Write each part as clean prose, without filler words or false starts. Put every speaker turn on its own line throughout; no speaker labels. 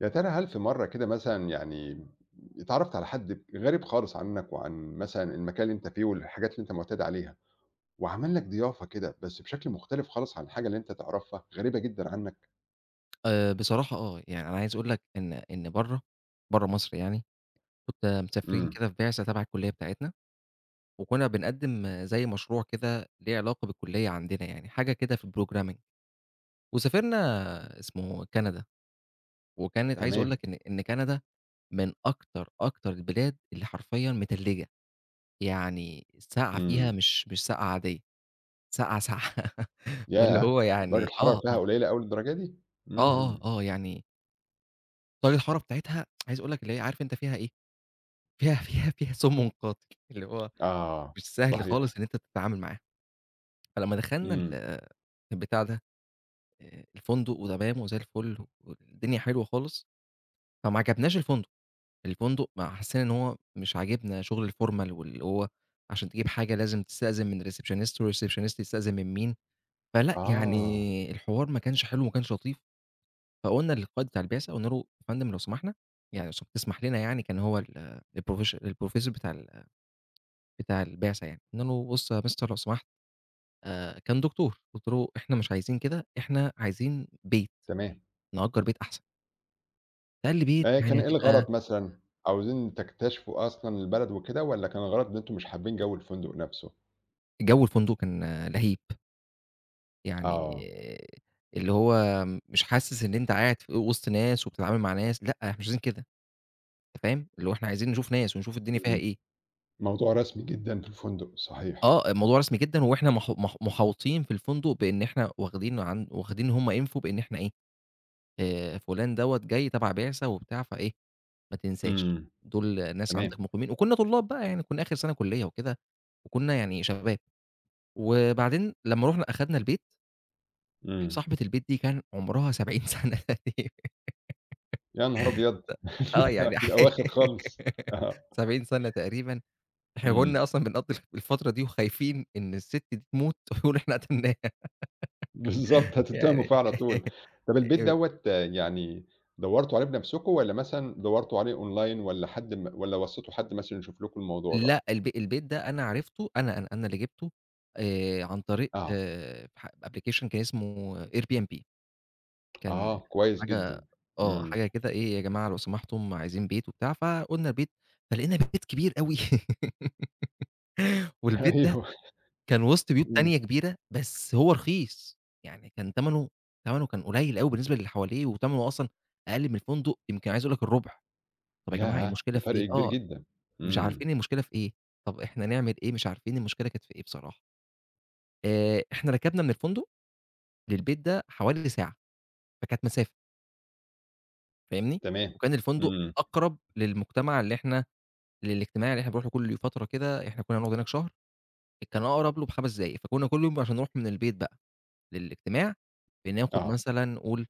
يا ترى هل في مرّة كده مثلًا اتعرّفت على حد غريب خالص عنّك وعن مثلًا المكان اللي أنت فيه والحاجات اللي أنت مُعتاد عليها، وعمل لك ضيافة كده بس بشكل مختلف خالص عن الحاجة اللي أنت تعرفها، غريبة جدًا عنّك؟
بصراحة آه، يعني أنا عايز أقول لك إن برّه، برّه مصر يعني، كنّا مسافرين
إمم،
كده في بعثة تبع الكلية بتاعتنا، وكنّا بنقدّم زي مشروع كده ليه علاقة بالكلية عندنا يعني، حاجة كده في الprogramming وسافرنا اسمه كندا، وكانت عايز أقول
تمام،
لك إن كندا من أكتر، أكتر البلاد اللي حرفيًا متلّجة، يعني السقعة فيها
إمم،
مش سقعة عادية، سقعة، ساقعة فاللي
ياه!
هو
درجة
يعني
الحرارة فيها قليلة أوي للدرجة دي؟ إمم،
يعني درجة الحرارة بتاعتها عايز أقول لك اللي هي عارف أنت فيها إيه، فيها سُمّ قاتل، اللي هو
آه. آه،
مش سهل
صحيح،
خالص إن أنت تتعامل معاه، فلمّا دخلنا
إمم،
ال البتاع ده الفندق وتمام وزي الفل والدنيا حلوة خالص، فما عجبناش الفندق، الفندق ما حسّينا إن هو مش عاجبنا شغل الformal واللي هو عشان تجيب حاجة لازم تستأذن من الreceptionist والreceptionist يستأذن من مين، فلأ
آه،
يعني الحوار ما كانش حلو وما كانش لطيف، فقُلنا للقائد بتاع البعثة قُلنا له: "يا فندم لو سمحنا يعني لو سم تسمح لنا" يعني كان هو الprofessor بتاع البعثة يعني، قُلنا له: "بُص يا mister لو سمحت". كان دكتور، قُلت له: "إحنا مش عايزين كده، إحنا عايزين بيت،
تمام،
نأجّر بيت أحسن." فقال لي: "بيت؟
كان
يعني
إيه
هتبقى".
الغرض مثلًا؟ عاوزين تكتشفوا أصلًا البلد وكده والّا كان الغرض إن أنتم مش حابين جو الفندق نفسه؟
جو الفندق كان آه، لهيب، يعني
آه.
اللي هو مش حاسس إن أنت قاعد في وسط ناس وبتتعامل مع ناس، لأ، إحنا مش عايزين كده، أنت فاهم؟ اللي هو إحنا عايزين نشوف ناس ونشوف الدنيا فيها إيه.
موضوع رسمي جدًا في الفندق، صحيح.
آه، الموضوع رسمي جدًا وإحنا مح مح محاوطين في الفندق بإن إحنا واخدين إن هم info بإن إحنا إيه. فلان دوّة جاي تبع بعثة وبتاع فإيه، ما تنساش،
إمم.
دول ناس
تمام.
عندك مقيمين وكُنّا طلاب بقى يعني كُنّا آخر سَنة كُلّية وكده، وكُنّا يعني شباب، وبعدين لمّا رُحنا أخدنا البيت،
إمم.
صاحبة البيت دي كان عُمرها 70 سَنة تقريبًا.
يا نهار أبيض!
آه
في
يعني
الأواخر خالص. آه.
70 سَنة تقريبًا، إحنا
إمم.
كُنّا أصلًا بنقضّي الفترة دي وخايفين إن السِت دي تموت ويقولوا إحنا قتلناها
بالضبط، هتتهموا
يعني
فيه على طول. طب البيت دوّة يعني دورتوا عليه بنفسكم والّا مثلًا دورتوا عليه أونلاين والّا حد م والّا وصيتوا حد مثلًا يشوف لكم الموضوع ده؟
لأ، البيت ده أنا عرفته، أنا اللي جِبته، عن طريق
آه،
ح application كان اسمه Airbnb، كان
آه، كويس
حاجة
جدًا.
آه،
إمم.
حاجة كده إيه يا جماعة لو سمحتم عايزين بيت وبتاع، فقُلنا البيت. فلقينا بيت كبير أوي والبيت ده
أيوه.
كان وسط بيوت
إمم.
تانية كبيرة، بس هو رخيص، يعني كان تمنه كان قليل أوي بالنسبة للي حواليه، وتمنه أصلًا أقل من الفندق يمكن عايز أقول لك الربع، طَب يا جماعة
ياه!
المشكلة
ده
في إيه؟
فرق كبير
آه،
جدًا.
مش
إمم.
عارفين المشكلة في إيه، طَب إحنا نعمل إيه؟ مش عارفين المشكلة كانت في إيه بصراحة. إحنا ركبنا من الفندق للبيت ده حوالي ساعة، فكانت مسافة فاهمني،
تمام.
وكان الفندق
إمم.
أقرب للمجتمع اللي إحنا للاجتماع اللي إحنا بنروح له كل فترة كده، إحنا كنا هنقعد هناك شهر، كان أقرب له ب5 دقايق، فكنا كل يوم عشان نروح من البيت بقى للاجتماع، بناخد
آه.
مثلًا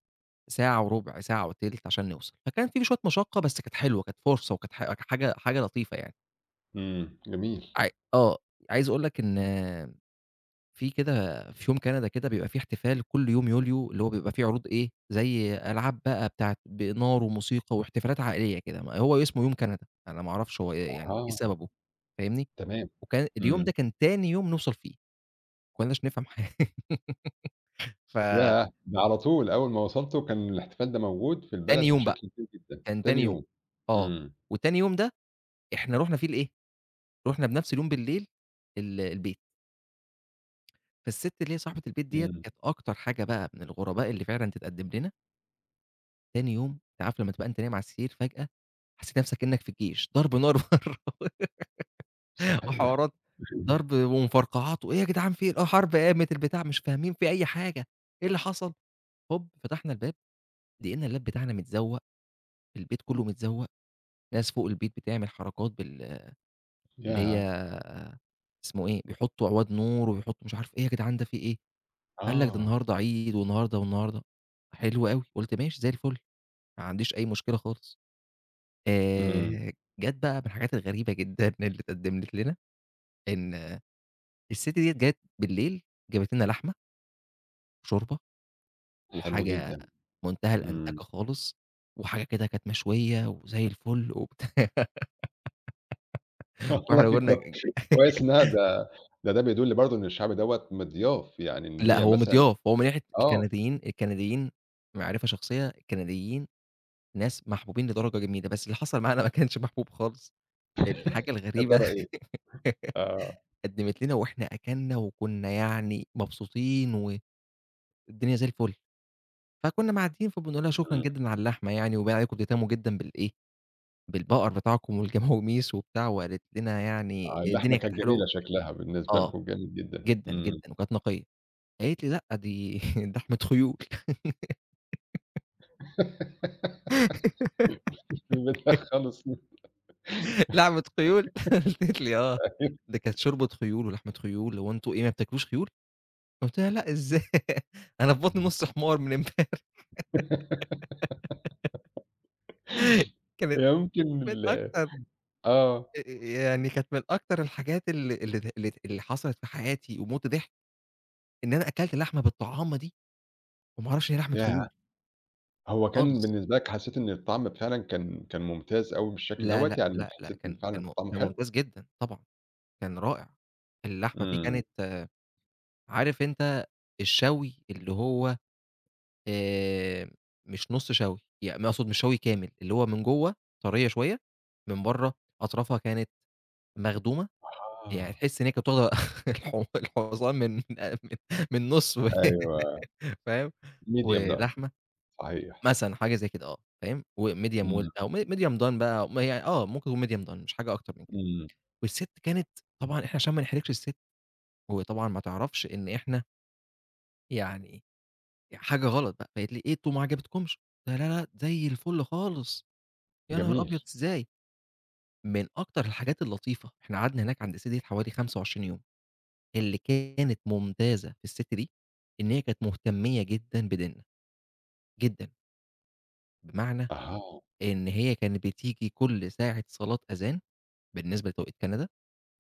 ساعة وربع، ساعة وتِلت عشان نوصل، فكان في شوية مشقة بس كانت حلوة، كانت فرصة وكانت حاجة لطيفة يعني.
إمم. جميل.
آه، عايز أقول لك إن في يوم كندا كده بيبقى فيه احتفال كل يوم يوليو، اللي هو بيبقى فيه عروض إيه، زي ألعاب بقى بتاعة بنار وموسيقى واحتفالات عائلية كده، ما هو اسمه يوم كندا، أنا ما أعرفش هو إيه يعني إيه
أها،
سببه، فاهمني؟
تمام.
وكان اليوم ده
إمم.
كان تاني يوم نوصل فيه، ما كناش نفهم حاجة فتاني
ياه! ده على طول أول ما وصلتوا كان الاحتفال ده موجود في البلد
يوم بقى،
بشكل كبير جدًا،
كان
تاني
تاني يوم،
يوم.
آه،
إمم،
وتاني يوم ده إحنا رُحنا فيه لإيه، رُحنا بنفس اليوم بالليل البيت، فالست اللي هي صاحبة البيت ديّة
إمم،
كانت أكتر حاجة بقى من الغرباء اللي فعلًا تتقدم لنا. تاني يوم أنت عارف لمّا تبقى أنت نايم على السرير فجأة حسّيت نَفْسك كإنّك في الجيش، ضرب نار برّه
صحيح
وحوارات، ضرب ومفرقعات وإيه يا جدعان في إيه، آه حرب قامت البتاع مش فاهمين في أي حاجة، إيه اللي حصل؟ هوب فتحنا الباب لقينا اللاب بتاعنا متزوّق، البيت كُلّه متزوّق، ناس فوق البيت بتعمل حركات اللي هي
ياه!
اسمه إيه، بيحطّوا عواد نور وبيحطّوا مش عارف إيه، "إيه يا جدعان ده في إيه؟" قال لك ده
آه،
النهارده عيد والنهارده والنهارده. حلو أوي، قُلت ماشي زي الفُل، ما عنديش أي مشكلة خالص.
إمم،
آآ، جات بقى من الحاجات الغريبة جدًا اللي اتقدمت لنا، إن الست ديّة جات بالليل جابت لنا لحمة وشوربة
حلو
وحاجة
جدًا،
منتهى
إمم،
الأنتكة خالص، وحاجة كده كانت مشوية وزي الفل وبتاع
والله
وإحنا قلنا
كويس إنها ده ده بيدل برضه إن الشعب دوّة مضياف، يعني إن
لأ
هي
هو
مثلًا
مضياف، هو من ناحية
آه،
الكنديين معرفة شخصية، الكنديين ناس محبوبين لدرجة جميلة، بس اللي حصل معانا ما كانش محبوب خالص، الحاجة
يا
الغريبة
ترى إيه؟ آه،
قدمت لنا وإحنا أكلنا وكنا يعني مبسوطين والدنيا زي الفل. فكنا معديين فبنقول لها: "شكرًا
إمم،
جدًا على اللحمة يعني وباين عليكم بتهتموا جدًا بالإيه، بالبقر بتاعكم والجماوميس" وبتاع، وقالت لنا
آه،
يعني
اللحمة
الدنيا كانت
كانت
حلوة.
جميلة شكلها بالنسبة
آه،
لكم، جميل جدًا،
جدًا،
إمم،
جدًا وكانت نقية. قالت لي: "لأ دي لحمة خيول."
في البداية خالص
لحمة خيول! قالت لي: "آه، ده كانت شوربة خيول ولحمة خيول، هو أنتم إيه ما بتاكلوش خيول؟" قُلت لها: "لأ إزاي أنا في بطني نُص حمار من امبارح." كانت
هي ممكن
من
ال
أكتر
آه.
آآ يعني كانت من أكتر الحاجات ال اللي حصلت في حياتي وموت ضحك. إن أنا أكلت لحمة بالطعامة دي وما أعرفش إن هي لحمة
ياه!
خيول
هو كان
خالص.
بالنسبة لك حسّيت إن الطعم فعلًا كان ممتاز أوي بالشكل
لا،
دوّة،
لا،
يعني
لأ، لأ،
حسّيت إن فعلًا كان طعمه
كان
حلو؟
ممتاز جدًا طبعًا، كان رائع. اللحمة فيه
إمم.
كانت عارف أنت الشوي اللي هو آآ مش نُص شوي، يعني أقصد مش شوي كامل، اللي هو من جوّه طرية شوية، من بره أطرافها كانت مخدومة، يعني
آه.
تحس إن هي كانت واخدة الحُصان من نُصّه،
أيوه.
فاهم؟
medium done
ولحمة
صحيح.
مثلًا حاجة زي كده آه، فاهم، وMedium well
إمم.
أو Medium done بقى ما هي آه، ممكن يكون Medium done مش حاجة أكتر من كده،
إمم.
والست كانت طبعًا إحنا عشان ما نحرجش الست، وطبعًا ما تعرفش إن إحنا يعني حاجة غلط بقى، فقالت لي: "إيه أنتم ما عجبتكمش؟" قُلت لها: "لا، لأ، زي الفل خالص." يا نهار أبيض!
جميل.
إزاي؟ من أكتر الحاجات اللطيفة، إحنا قعدنا هناك عند الست ديّة حوالي 25 يوم، اللي كانت ممتازة في الست دي، إن هي كانت مهتمية جدًا بديننا، جدًا، بمعنى
أها.
إن هي كانت بتيجي كل ساعة صلاة أذان بالنسبة لتوقيت كندا،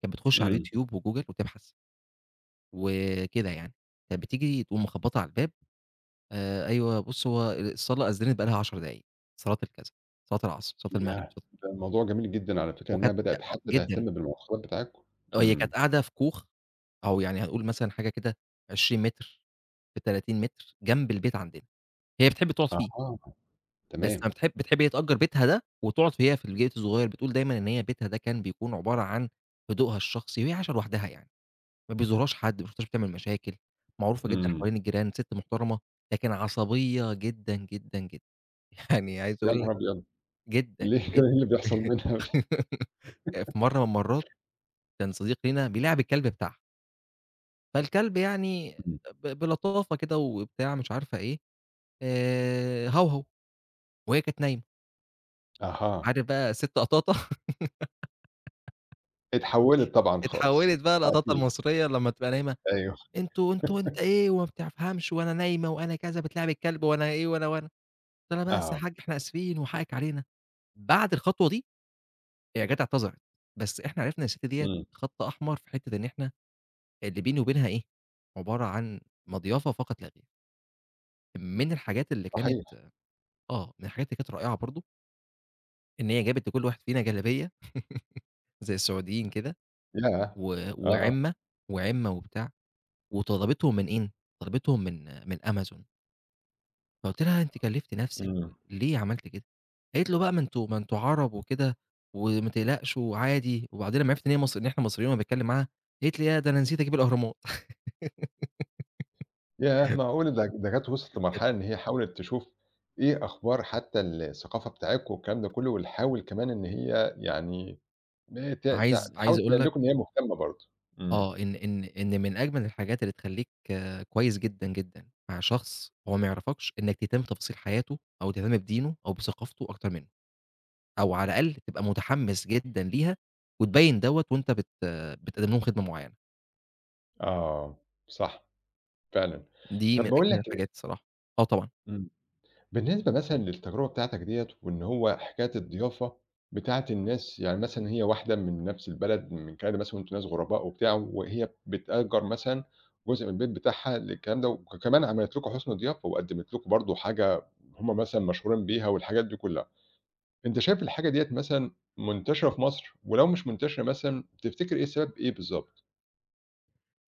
كانت بتخش على
إمم.
اليوتيوب وجوجل وتبحث وكده يعني، كانت بتيجي تقوم مخبطة على الباب. أيوه بُص هو الصلاة أذنت بقى لها 10 دقايق، صلاة الكذا، صلاة العصر، صلاة المغرب،
ياه!
صلاة.
ده الموضوع جميل جدًا على فكرة إنّها
وكانت
بدأت
آه
حتّى تهتم
جدًا،
بالمواصفات بتاعتكم.
آه هي
إمم.
كانت قاعدة في كوخ أو يعني هنقول مثلًا حاجة كده 20 متر في 30 متر جنب البيت عندنا، هي بتحب تقعد فيه،
أها.
بس
تمام.
ما بتحب بتحب هي تأجر بيتها ده وتقعد هي في البيت الصغير، بتقول دايمًا إن هي بيتها ده كان بيكون عبارة عن هدوءها الشخصي وهي عايشة لوحدها يعني. ما بيزورهاش حد، ما شُفتهاش بتعمل مشاكل، معروفة جدًا
إمم.
حوالين الجيران، ست محترمة، لكن عصبية جدًا، جدًا، جدًا، يعني عايز
يا
أقول
نهار
لك
أبيض!
جدًا،
ليه كده إيه
جدًا.
اللي بيحصل منها؟
في مرّة من المرّات كان صديق لينا بيلاعب الكلب بتاعها، فالكلب يعني
إمم.
بلطافة كده وبتاع مش عارفة إيه، هَوهَو، وهي كانت نايمة،
أها.
عارف بقى الست قطاطة
اتحوّلت طبعًا خالص.
اتحولت بقى القطاطة
أكيد.
المصرية لمّا تبقى نايمة،
أيوه،
أنت إيه وما بتفهمش وأنا نايمة وأنا كذا، بتلاعب الكلب وأنا إيه وأنا، وأنا. قُلت لها: "بس يا
آه،
حاجّة إحنا آسفين وحقِّك علينا." بعد الخطوة دي هي جات اعتذرت، بس إحنا عرفنا إن الست ديّة
إمم،
خَط أحمر في حتّة إن إحنا اللي بيني وبينها إيه، عبارة عن مضيافة فقط لا غير. من الحاجات اللي كانت
صحيح،
آه، من الحاجات اللي كانت رائعة برضه، إن هي جابت لكل واحد فينا جلابية زي السعوديين كده
ياه! آه،
وعِمّة، وعِمّة وبتاع، وطلبتهم من إيه، طلبتهم من أمازون. فقُلت لها: "أنتِ كلّفتِ نفسِك
إمم،
وليه عملتِ كده؟" قالت له: "بقى ما أنتم عرب وكده وما تقلقش وعادي." وبعدين لمّا عرفت إن هي إن إحنا مصريين وأنا باتكلّم معاها، قالت لي: "ياه! ده أنا نسيت أجيب الأهرامات."
ياه! معقولة ده جات وصلِت
بجد
لمرحلة إن هي حاولت تشوف إيه أخبار حتى الثقافة بتاعتكم والكلام ده كله، وتحاول كمان إن هي يعني م ت
عايز
ت تحاول
عايز أقول
تبين
لك
لكم إن هي مهتمة برضه، إمم،
آه، إن من أجمل الحاجات اللي تخلّيك آه، كويس جدًا، جدًا مع شخص هو ما يعرفكش، إنّك تهتم بتفاصيل حياته أو تهتم بدينه أو بثقافته أكتر منه، أو على الأقل تبقى متحمّس جدًا ليها وتبيّن دوّة وأنت آه، بتقدّم لهم خدمة معيّنة.
آه، صح فعلًا.
دي
طب
من
باقول
أجمل
لك إيه
الحاجات الصراحة. آه طبعًا.
إمم. بالنسبة مثلًا للتجربة بتاعتك ديّة، وإن هو حكاية الضيافة بتاعة الناس يعني مثلًا هي واحدة من نفس البلد من كندا مثلًا وأنتم ناس غرباء وبتاع، وهي بتأجر مثلًا جزء من البيت بتاعها للكلام ده، وكمان عملت لكم حُسن ضيافة وقدمت لكم برضه حاجة هم مثلًا مشهورين بيها والحاجات دي كلها، أنت شايف الحاجة ديّة مثلًا منتشرة في مصر؟ ولو مش منتشرة مثلًا تفتكر إيه سبب إيه بالضبط؟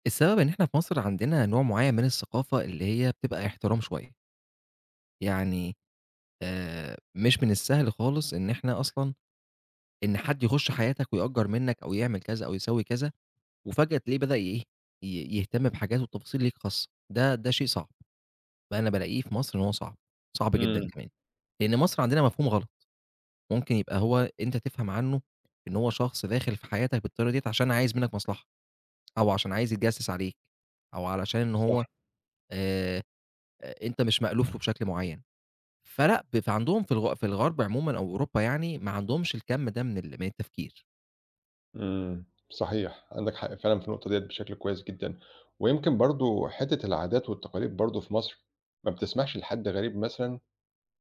السبب إن إحنا في مصر عندنا نوع معيّن من الثقافة اللي هي بتبقى احترام شوية، يعني مش من السهل خالص إن إحنا أصلًا إن حد يخُش حياتك ويأجّر منّك أو يعمل كذا أو يسوي كذا، وفجأة تلاقيه بدأ إيه، يهتم بحاجات وتفاصيل ليك خاصة، ده شيء صعب، بقى أنا بالاقيه في مصر إن هو صعب، صعب جدًا
إمم.
كمان، لإن مصر عندنا مفهوم غلط، ممكن يبقى هو أنت تفهم عنه إن هو شخص داخل في حياتك بالطريقة ديّة عشان عايز منّك مصلحة، أو عشان عايز يتجسّس عليك، أو علشان إن
صح.
هو آآ أنت مش مألوف له بشكل معيّن، فلأ فعندهم في الغرب عمومًا أو أوروبا يعني ما عندهمش الكَم ده من التفكير.
إمم، صحيح، عندك حق فعلًا في النقطة ديّة بشكل كويس جدًا، ويمكن برضه حتّة العادات والتقاليد برضه في مصر ما بتسمحش لحد غريب مثلًا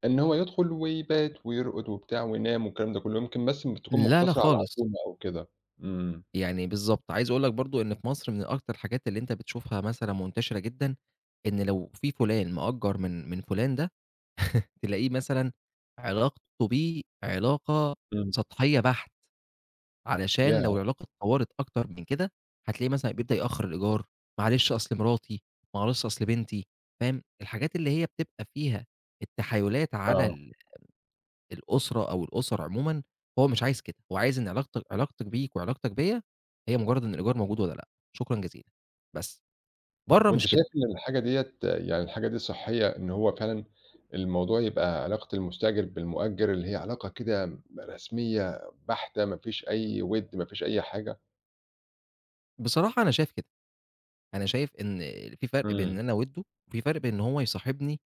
إن هو يدخل ويبات ويرقد وبتاع وينام والكلام ده كلّه، يمكن بس بتكون
لا، لا
مقتصرة على
خالص،
عزومة أو كده. إمم،
يعني بالضبط، عايز أقول لك برضه إن في مصر من أكتر الحاجات اللي أنت بتشوفها مثلًا منتشرة جدًا، إن لو في فلان مأجّر من فلان ده، تلاقيه مثلًا علاقته بيه علاقة
إمم،
سطحية بحت. علشان لو
ياه!
العلاقة اتطورت أكتر من كده، هتلاقيه مثلًا بيبدأ يأخّر الإيجار، معلش أصل مراتي، معلش أصل بنتي، فاهم؟ الحاجات اللي هي بتبقى فيها التحايلات على
آه،
الأسرة أو الأسر عمومًا، هو مش عايز كده، هو عايز إن علاقتك بيك وعلاقتك بيّا هي مجرد إن الإيجار موجود والّا لأ، شكرًا جزيلًا، بس. برّه
وأنت
مش كده،
شايف إن الحاجة ديّة يعني الحاجة دي صحّية إن هو فعلًا الموضوع يبقى علاقة المستأجر بالمؤجر اللي هي علاقة كده رسمية بحتة ما فيش أي وِد ما فيش أي حاجة؟
بصراحة أنا شايف كده، أنا شايف إن في فرق بين إن
إمم،
أنا أوِدّه، وفي فرق بين إن هو يصاحبني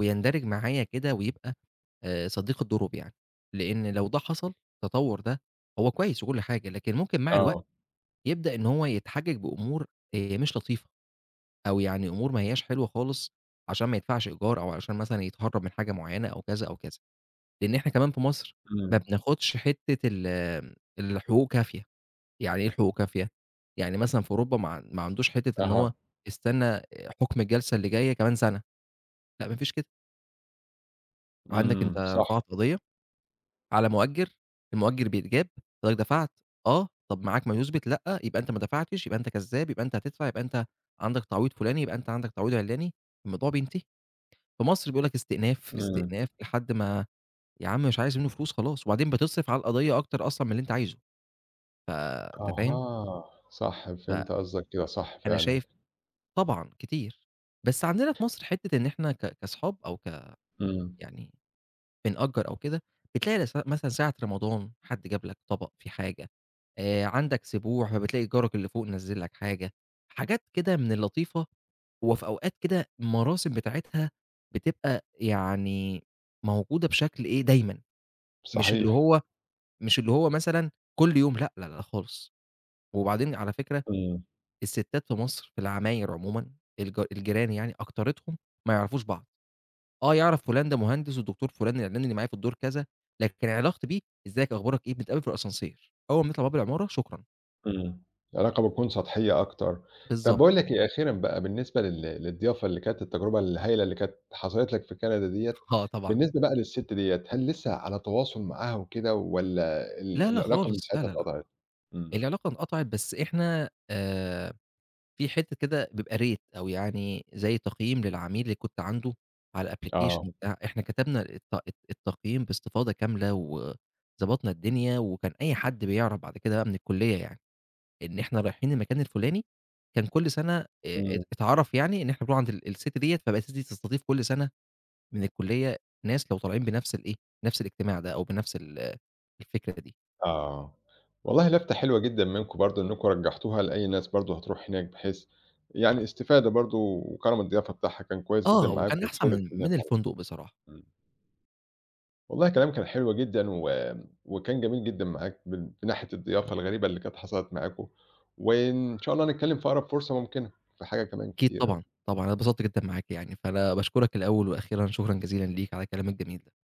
ويندرج معايا كده ويبقى صديق الضروب يعني، لإن لو ده حصل التطور ده هو كويس وكل حاجة، لكن ممكن مع الوقت
آه،
يبدأ إن هو يتحجج بأمور مش لطيفة، أو يعني أمور ما هياش حلوة خالص عشان ما يدفعش إيجار، أو عشان مثلًا يتهرب من حاجة معينة أو كذا أو كذا، لإن إحنا كمان في مصر ما
إمم.
بناخدش حتة الحقوق كافية، يعني إيه الحقوق كافية؟ يعني مثلًا في أوروبا ما عندوش حتة إن هو
أها،
استنى حكم الجلسة اللي جاية كمان سنة، لأ ما فيش كده، عندك أنت
إمم، صح،
رفعت قضية على مؤجّر، المؤجّر بيتجاب، حضرتك دفعت، آه، طَب معاك ما يُثبت، لأ، يبقى أنت ما دفعتش، يبقى أنت كذّاب، يبقى أنت هتدفع، يبقى أنت عندك تعويض فُلاني، يبقى أنت عندك تعويض عِلّاني، الموضوع بينتهي. في مصر بيقول لك استئناف،
إمم،
استئناف، لحد ما يا عم مش عايز منّه فلوس خلاص، وبعدين بتصرف على القضية أكتر أصلًا من اللي أنت عايزه، فأنت فاهم؟
أها، صح فهمت قصدك كده، صح
فأنا
فعلًا،
شايف طبعًا كتير، بس عندنا في مصر حتّة إن إحنا كاصحاب أو ك
إمم،
يعني بنأجّر أو كده، بتلاقي مثلًا ساعة رمضان حد جاب لك طبق فيه حاجة، عندك سبوع فبتلاقي جارك اللي فوق نزّل لك حاجة، حاجات كده من اللطيفة، وفي أوقات كده المراسم بتاعتها بتبقى يعني موجودة بشكل إيه، دايمًا، مش اللي
صحيح،
هو مثلًا كل يوم لأ، لا، لا خالص. وبعدين على فكرة
إمم،
الستات في مصر في العماير عمومًا الجيران يعني أكترتهم ما يعرفوش بعض. آه، يعرف فلان ده مهندس والدكتور فلان العلّاني اللي معايا في الدور كذا، لكن علاقتي بيه "إزيك، أخبارك إيه، بنتقابل في الascenseur." أول ما نطلع باب العمارة شكرًا،
إمم، العلاقة بتكون سطحية أكتر. طب
بالضبط.
باقول لك إيه، أخيرًا بقى بالنسبة للضيافة اللي كانت التجربة الهايلة اللي كانت حصلت لك في كندا ديّة،
آه طبعًا.
بالنسبة بقى للست ديّة، هل لسه على تواصل معاها وكده والّا
لا، لا
العلاقة من
خالص، لا،
ساعتها
لا، لأ،
اتقطعت؟ إمم،
العلاقة انقطعت بس إحنا في حتّة كده بيبقى rate أو يعني زي تقييم للعميل اللي كنت عنده على
آه،
الapplication وبتاع، إحنا كتبنا التقييم باستفاضة كاملة وضبطنا الدنيا، وكان أي حد بيعرف بعد كده بقى من الكلية يعني. إن إحنا رايحين المكان الفُلاني، كان كل سَنة
إمم.
ات اتعرف يعني إن إحنا بنروح عند الست ديّة، فبقت الست دي تستضيف كل سَنة من الكُلّية ناس لو طالعين بنفس الإيه، نفس الاجتماع ده أو بنفس الفكرة دي.
آه. والله لفتة حلوة جدًا منكم برضه إنكم رجّعتوها لأي ناس برضه هتروح هناك بحيث يعني استفادة برضه وكرم الضيافة بتاعها كان كويس جدًا
آه،
معاك
وكان أحسن
وحاولت
من
إنها
من
تعرف
الفندق بصراحة.
إمم. والله كلامِك كان حلو جدًا و وكان جميل جدًا معاك من في ناحية الضيافة الغريبة اللي كانت حصلت معاكم، وإن شاء الله نتكلّم في أقرب فرصة ممكنة في حاجة كمان
أكيد
كتير
طبعًا،
أوي.
طبعًا. أنا اتبسطت جدًا معاك يعني، فأنا باشكرك الأول وأخيرًا شكرًا جزيلًا ليك على كلامك الجميل ده.